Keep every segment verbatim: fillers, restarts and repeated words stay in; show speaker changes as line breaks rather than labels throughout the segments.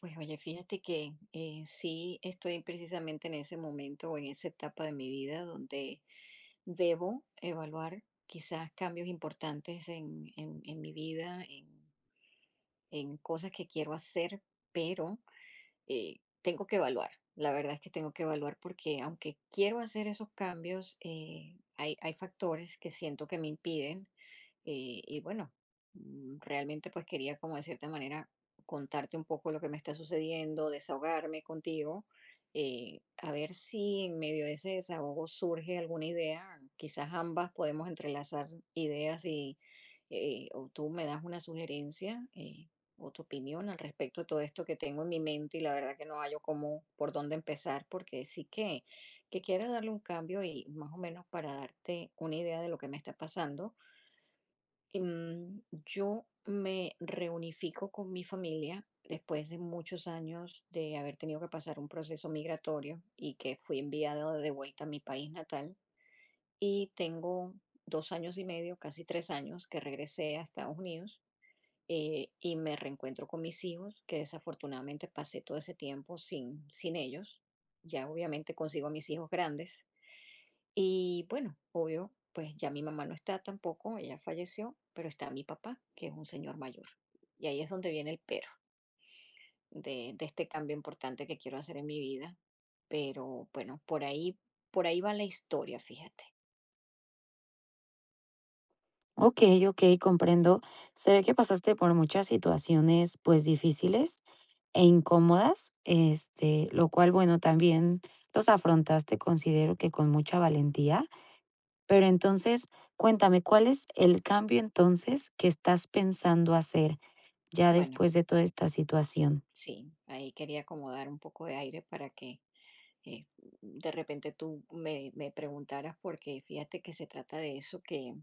Pues oye, fíjate que eh, sí estoy precisamente en ese momento o en esa etapa de mi vida donde debo evaluar quizás cambios importantes en, en- en mi vida, en, en cosas que quiero hacer, pero eh, tengo que evaluar. La verdad es que tengo que evaluar porque aunque quiero hacer esos cambios, eh, hay, hay factores que siento que me impiden. Eh, y bueno, mm, realmente pues quería como de cierta manera contarte un poco lo que me está sucediendo, desahogarme contigo, eh, a ver si en medio de ese desahogo surge alguna idea. Quizás ambas podemos entrelazar ideas y eh, o tú me das una sugerencia. Eh, o tu opinión al respecto de todo esto que tengo en mi mente y la verdad que no hallo cómo, por dónde empezar, porque sí que, que quiero darle un cambio y más o menos para darte una idea de lo que me está pasando. Em, yo me reunifico con mi familia después de muchos años de haber tenido que pasar un proceso migratorio y que fui enviada de vuelta a mi país natal y tengo dos años y medio, casi tres años, que regresé a Estados Unidos eh, y me reencuentro con mis hijos, que desafortunadamente pasé todo ese tiempo sin, sin ellos. Ya obviamente consigo a mis hijos grandes. Y bueno, obvio, pues ya mi mamá no está tampoco, ella falleció, pero está mi papá, que es un señor mayor. Y ahí es donde viene el pero de, de este cambio importante que quiero hacer en mi vida. Pero bueno, por ahí, por ahí va la historia, fíjate.
Ok, ok, comprendo. Se ve que pasaste por muchas situaciones pues difíciles e incómodas, este, lo cual bueno, también los afrontaste, considero que con mucha valentía, pero entonces cuéntame, ¿cuál es el cambio entonces que estás pensando hacer ya
Bueno,
después de toda esta situación?
sí, ahí quería como dar un poco de aire para que eh, de repente tú me, me preguntaras porque fíjate que se trata de eso, que,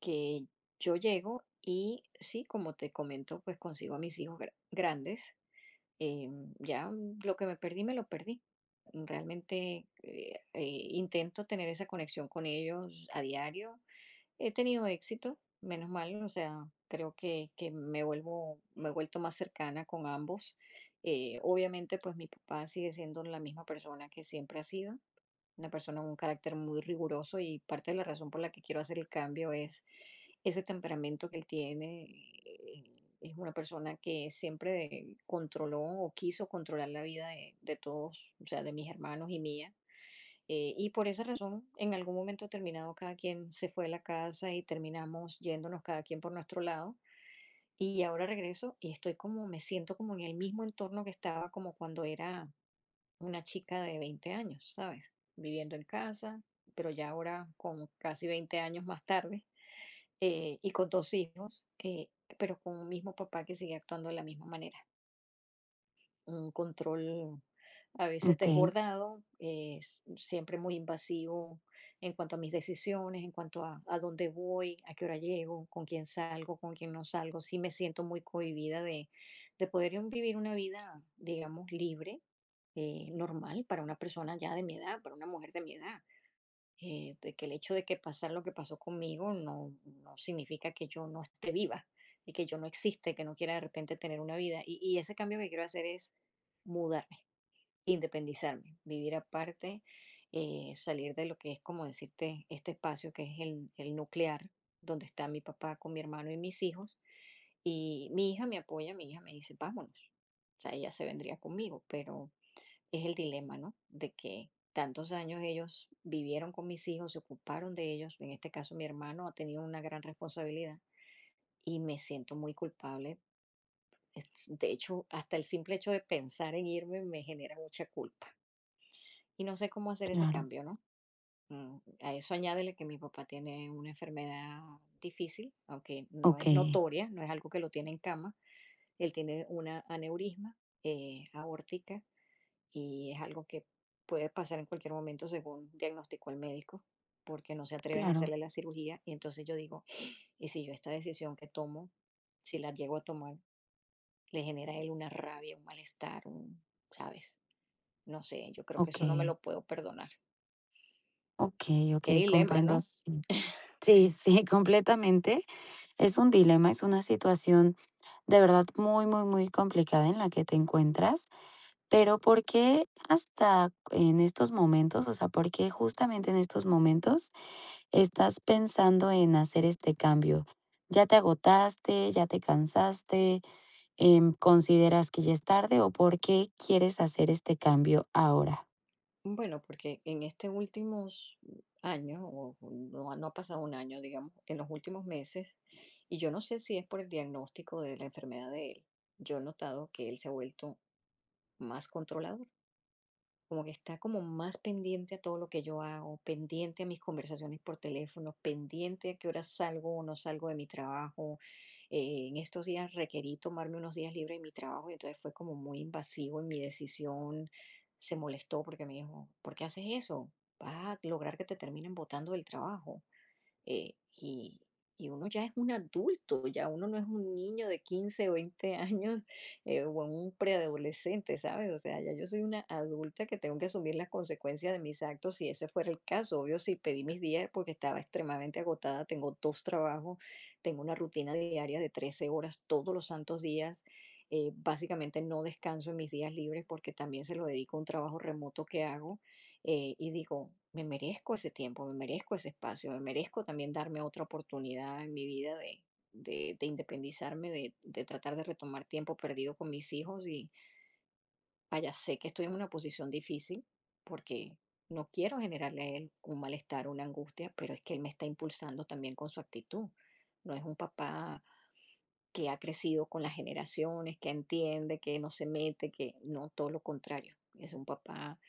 que yo llego y sí, como te comento, pues consigo a mis hijos gra- grandes. eh, ya lo que me perdí, me lo perdí. Realmente eh, eh, intento tener esa conexión con ellos a diario. He tenido éxito, menos mal, o sea, creo que, que me vuelvo, me he vuelto más cercana con ambos. Eh, obviamente, pues mi papá sigue siendo la misma persona que siempre ha sido una persona con un carácter muy riguroso y parte de la razón por la que quiero hacer el cambio es ese temperamento que él tiene. eh, Es una persona que siempre controló o quiso controlar la vida de, de todos, o sea, de mis hermanos y mía. Eh, y por esa razón, en algún momento terminado, cada quien se fue de la casa y terminamos yéndonos cada quien por nuestro lado. Y ahora regreso y estoy como, me siento como en el mismo entorno que estaba como cuando era una chica de veinte años, ¿sabes? Viviendo en casa, pero ya ahora con casi veinte años más tarde eh, y con dos hijos, eh, pero con un mismo papá que sigue actuando de la misma manera. Un control a veces
Ok,
desbordado, eh, s- siempre muy invasivo en cuanto a mis decisiones, en cuanto a, a dónde voy, a qué hora llego, con quién salgo, con quién no salgo. Sí me siento muy cohibida de, de poder un- vivir una vida, digamos, libre, eh, normal para una persona ya de mi edad, para una mujer de mi edad. Eh, de que el hecho de que pasar lo que pasó conmigo no, no significa que yo no esté viva y que yo no existe, que no quiera de repente tener una vida. Y, y ese cambio que quiero hacer es mudarme, independizarme, vivir aparte, eh, salir de lo que es, como decirte, este espacio que es el, el nuclear, donde está mi papá con mi hermano y mis hijos. Y mi hija me apoya, mi hija me dice, vámonos. O sea, ella se vendría conmigo, pero es el dilema, ¿no? De que tantos años ellos vivieron con mis hijos, se ocuparon de ellos. En este caso, mi hermano ha tenido una gran responsabilidad y me siento muy culpable. Es- De hecho, hasta el simple hecho de pensar en irme me genera mucha culpa. Y no sé cómo hacer ese
claro,
cambio, ¿no? Mm, A eso añádele que mi papá tiene una enfermedad difícil, aunque no
ok,
es notoria, no es algo que lo tiene en cama. Él tiene una aneurisma eh, aórtica y es algo que puede pasar en cualquier momento según diagnosticó el médico, porque no se atreven a
claro,
hacerle la cirugía. Y entonces yo digo, ¿y si yo esta decisión que tomo, si la llego a tomar, le genera a él una rabia, un malestar, un, ¿sabes? No sé, yo creo que
ok,
eso no me lo puedo perdonar.
ok, ok,
Qué dilema,
comprendo.
¿no?
Sí, sí, sí, completamente. Es un dilema, es una situación de verdad muy, muy, muy complicada en la que te encuentras, pero ¿por qué hasta en estos momentos? O sea, ¿por qué justamente en estos momentos estás pensando en hacer este cambio? ¿Ya te agotaste? ¿Ya te cansaste? Em, ¿consideras que ya es tarde? ¿O por qué quieres hacer este cambio ahora?
Bueno, porque en estos últimos años, o no, ha- no ha pasado un año, digamos, en los últimos meses, y yo no sé si es por el diagnóstico de la enfermedad de él, yo he notado que él se ha vuelto más controlador, como que está como más pendiente a todo lo que yo hago, pendiente a mis conversaciones por teléfono, pendiente a qué hora salgo o no salgo de mi trabajo. Eh, en estos días requerí tomarme unos días libres de mi trabajo y entonces fue como muy invasivo en mi decisión. Se molestó porque me dijo, ¿por qué haces eso? Vas a lograr que te terminen botando del trabajo eh, y, y uno ya es un adulto, ya uno no es un niño de quince o veinte años eh, o un preadolescente, ¿sabes? O sea, ya yo soy una adulta que tengo que asumir las consecuencias de mis actos si ese fuera el caso. Obvio, si pedí mis días porque estaba extremadamente agotada, tengo dos trabajos, tengo una rutina diaria de trece horas todos los santos días. Eh, básicamente no descanso en mis días libres porque también se lo dedico a un trabajo remoto que hago, eh, y digo, me merezco ese tiempo, me merezco ese espacio, me merezco también darme otra oportunidad en mi vida de, de, de independizarme, de, de tratar de retomar tiempo perdido con mis hijos. Y vaya, sé que estoy en una posición difícil porque no quiero generarle a él un malestar, una angustia, pero es que él me está impulsando también con su actitud. No es un papá que ha crecido con las generaciones, que entiende, que no se mete, que no, todo lo contrario. Es un papá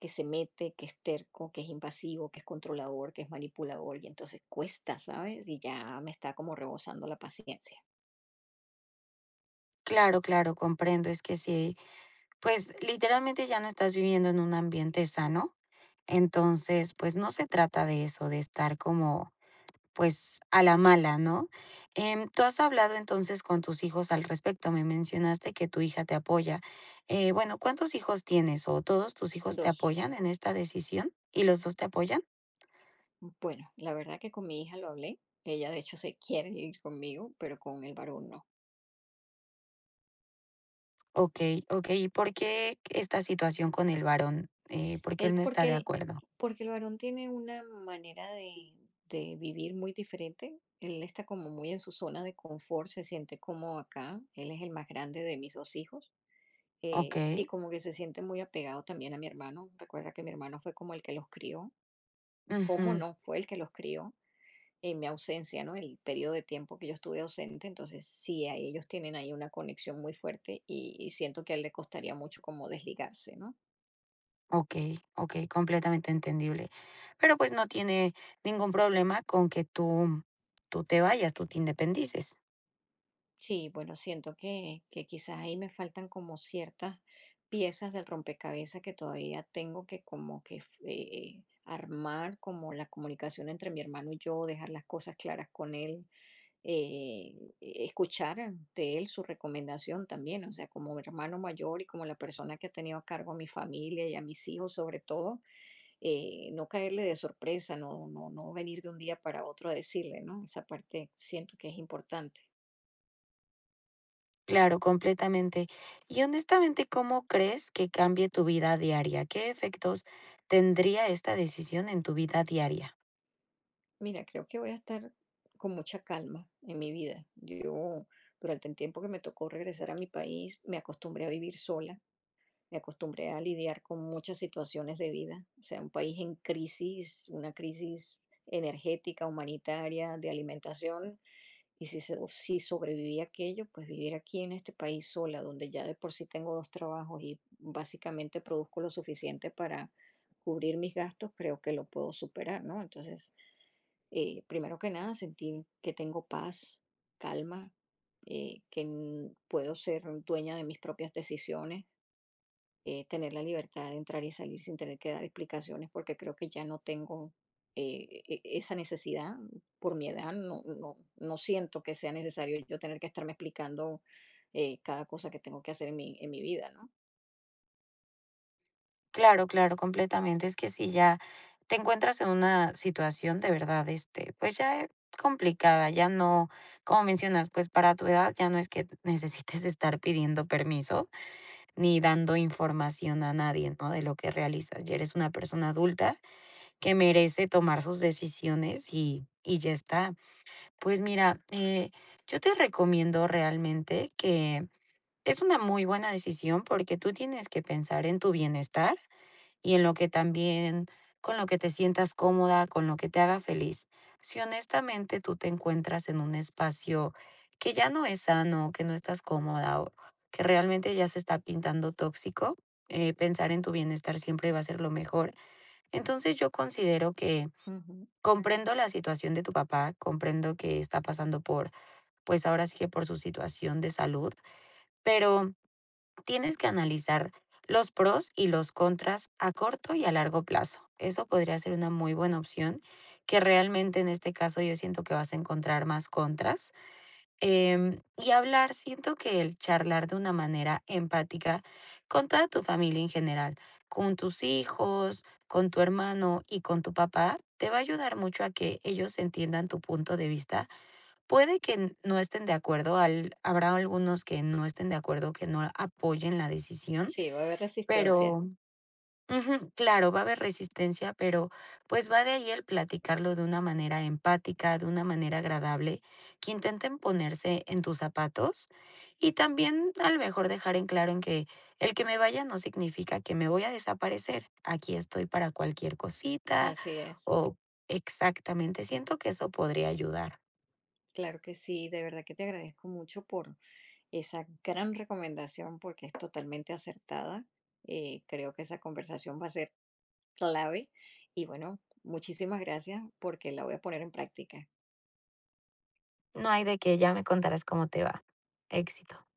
que se mete, que es terco, que es invasivo, que es controlador, que es manipulador y entonces cuesta, ¿sabes? Y ya me está como rebosando la paciencia.
Claro, claro, comprendo. Es que sí, pues literalmente ya no estás viviendo en un ambiente sano. Entonces, pues no se trata de eso, de estar como pues, a la mala, ¿no? Em, tú has hablado entonces con tus hijos al respecto, me mencionaste que tu hija te apoya. Eh, bueno, ¿cuántos hijos tienes o todos tus hijos te
Dos,
apoyan en esta decisión? ¿Y los dos te apoyan?
bueno, la verdad que con mi hija lo hablé. Ella de hecho se quiere ir conmigo, pero con el varón no.
Okey, okey, ¿y por qué esta situación con el varón? Eh, ¿por qué él
Él,
no está
porque
de
el
acuerdo?
porque el varón tiene una manera de de vivir muy diferente. Él está como muy en su zona de confort, se siente como acá. Él es el más grande de mis dos hijos, eh,
Okey,
y como que se siente muy apegado también a mi hermano. Recuerda que mi hermano fue como el que los crió. ¿Cómo
ujú,
no? Fue el que los crió en mi ausencia, ¿no? El periodo de tiempo que yo estuve ausente. Entonces, sí, ahí ellos tienen ahí una conexión muy fuerte, y y siento que a él le costaría mucho como desligarse, ¿no?
okey, okey, completamente entendible. Pero, pues, no tiene ningún problema con que tú tú te vayas, tú te independices.
Sí, bueno, siento que, que quizás ahí me faltan como ciertas piezas del rompecabezas que todavía tengo que como que eh, armar, como la comunicación entre mi hermano y yo, dejar las cosas claras con él, eh, escuchar eh, de él su recomendación también, o sea, como hermano mayor y como la persona que ha tenido a cargo a mi familia y a mis hijos sobre todo, eh, no caerle de sorpresa, no, no, no venir de un día para otro a decirle, ¿no? Esa parte siento que es importante.
Claro, completamente. Y honestamente, ¿cómo crees que cambie tu vida diaria? ¿Qué efectos tendría esta decisión en tu vida diaria?
Mira, creo que voy a estar con mucha calma en mi vida. Yo, durante el tiempo que me tocó regresar a mi país, me acostumbré a vivir sola, me acostumbré a lidiar con muchas situaciones de vida, o sea, un país en crisis, una crisis energética, humanitaria, de alimentación, y si, se- si sobreviví a aquello, pues vivir aquí en este país sola, donde ya de por sí tengo dos trabajos y básicamente produzco lo suficiente para cubrir mis gastos, creo que lo puedo superar, ¿no? Entonces, eh, primero que nada, sentir que tengo paz, calma, eh, que n- puedo ser dueña de mis propias decisiones, eh, tener la libertad de entrar y salir sin tener que dar explicaciones, porque creo que ya no tengo eh, e- e, esa necesidad por mi edad. No, no, no siento que sea necesario yo tener que estarme explicando eh, cada cosa que tengo que hacer en mi, en mi vida, ¿no?
Claro, claro, completamente. Es que si ya te encuentras en una situación de verdad, este, pues ya eh, complicada, ya no, como mencionas, pues para tu edad ya no es que necesites estar pidiendo permiso ni dando información a nadie, ¿no? De lo que realizas. Ya eres una persona adulta que merece tomar sus decisiones y, y ya está. Pues mira, eh, yo te recomiendo realmente que es una muy buena decisión porque tú tienes que pensar en tu bienestar y en lo que también, con lo que te sientas cómoda, con lo que te haga feliz. Si honestamente tú te encuentras en un espacio que ya no es sano, que no estás cómoda o que realmente ya se está pintando tóxico, eh, pensar en tu bienestar siempre va a ser lo mejor. Entonces yo considero que
Ujú.
comprendo la situación de tu papá, comprendo que está pasando por pues ahora sí que por su situación de salud, pero tienes que analizar los pros y los contras a corto y a largo plazo. Eso podría ser una muy buena opción, que realmente en este caso yo siento que vas a encontrar más contras. Em, y hablar, siento que el charlar de una manera empática con toda tu familia en general, con tus hijos, con tu hermano y con tu papá, te va a ayudar mucho a que ellos entiendan tu punto de vista. Puede que n no estén de acuerdo, al habrá algunos que no estén de acuerdo, que no apoyen la decisión. Claro,
Sí, va a haber resistencia.
pero ujú, claro, va a haber resistencia, pero, pues, va de ahí el platicarlo de una manera empática, de una manera agradable, que intenten ponerse en tus zapatos, y también, a lo mejor, dejar en claro en que el que me vaya no significa que me voy a desaparecer. Aquí estoy para cualquier cosita
Así es.
o exactamente, siento que eso podría ayudar.
Claro que sí, de verdad que te agradezco mucho por esa gran recomendación porque es totalmente acertada. Eh, creo que esa conversación va a ser clave. Y bueno, muchísimas gracias porque la voy a poner en práctica.
No hay de qué, ya me contarás cómo te va. Éxito.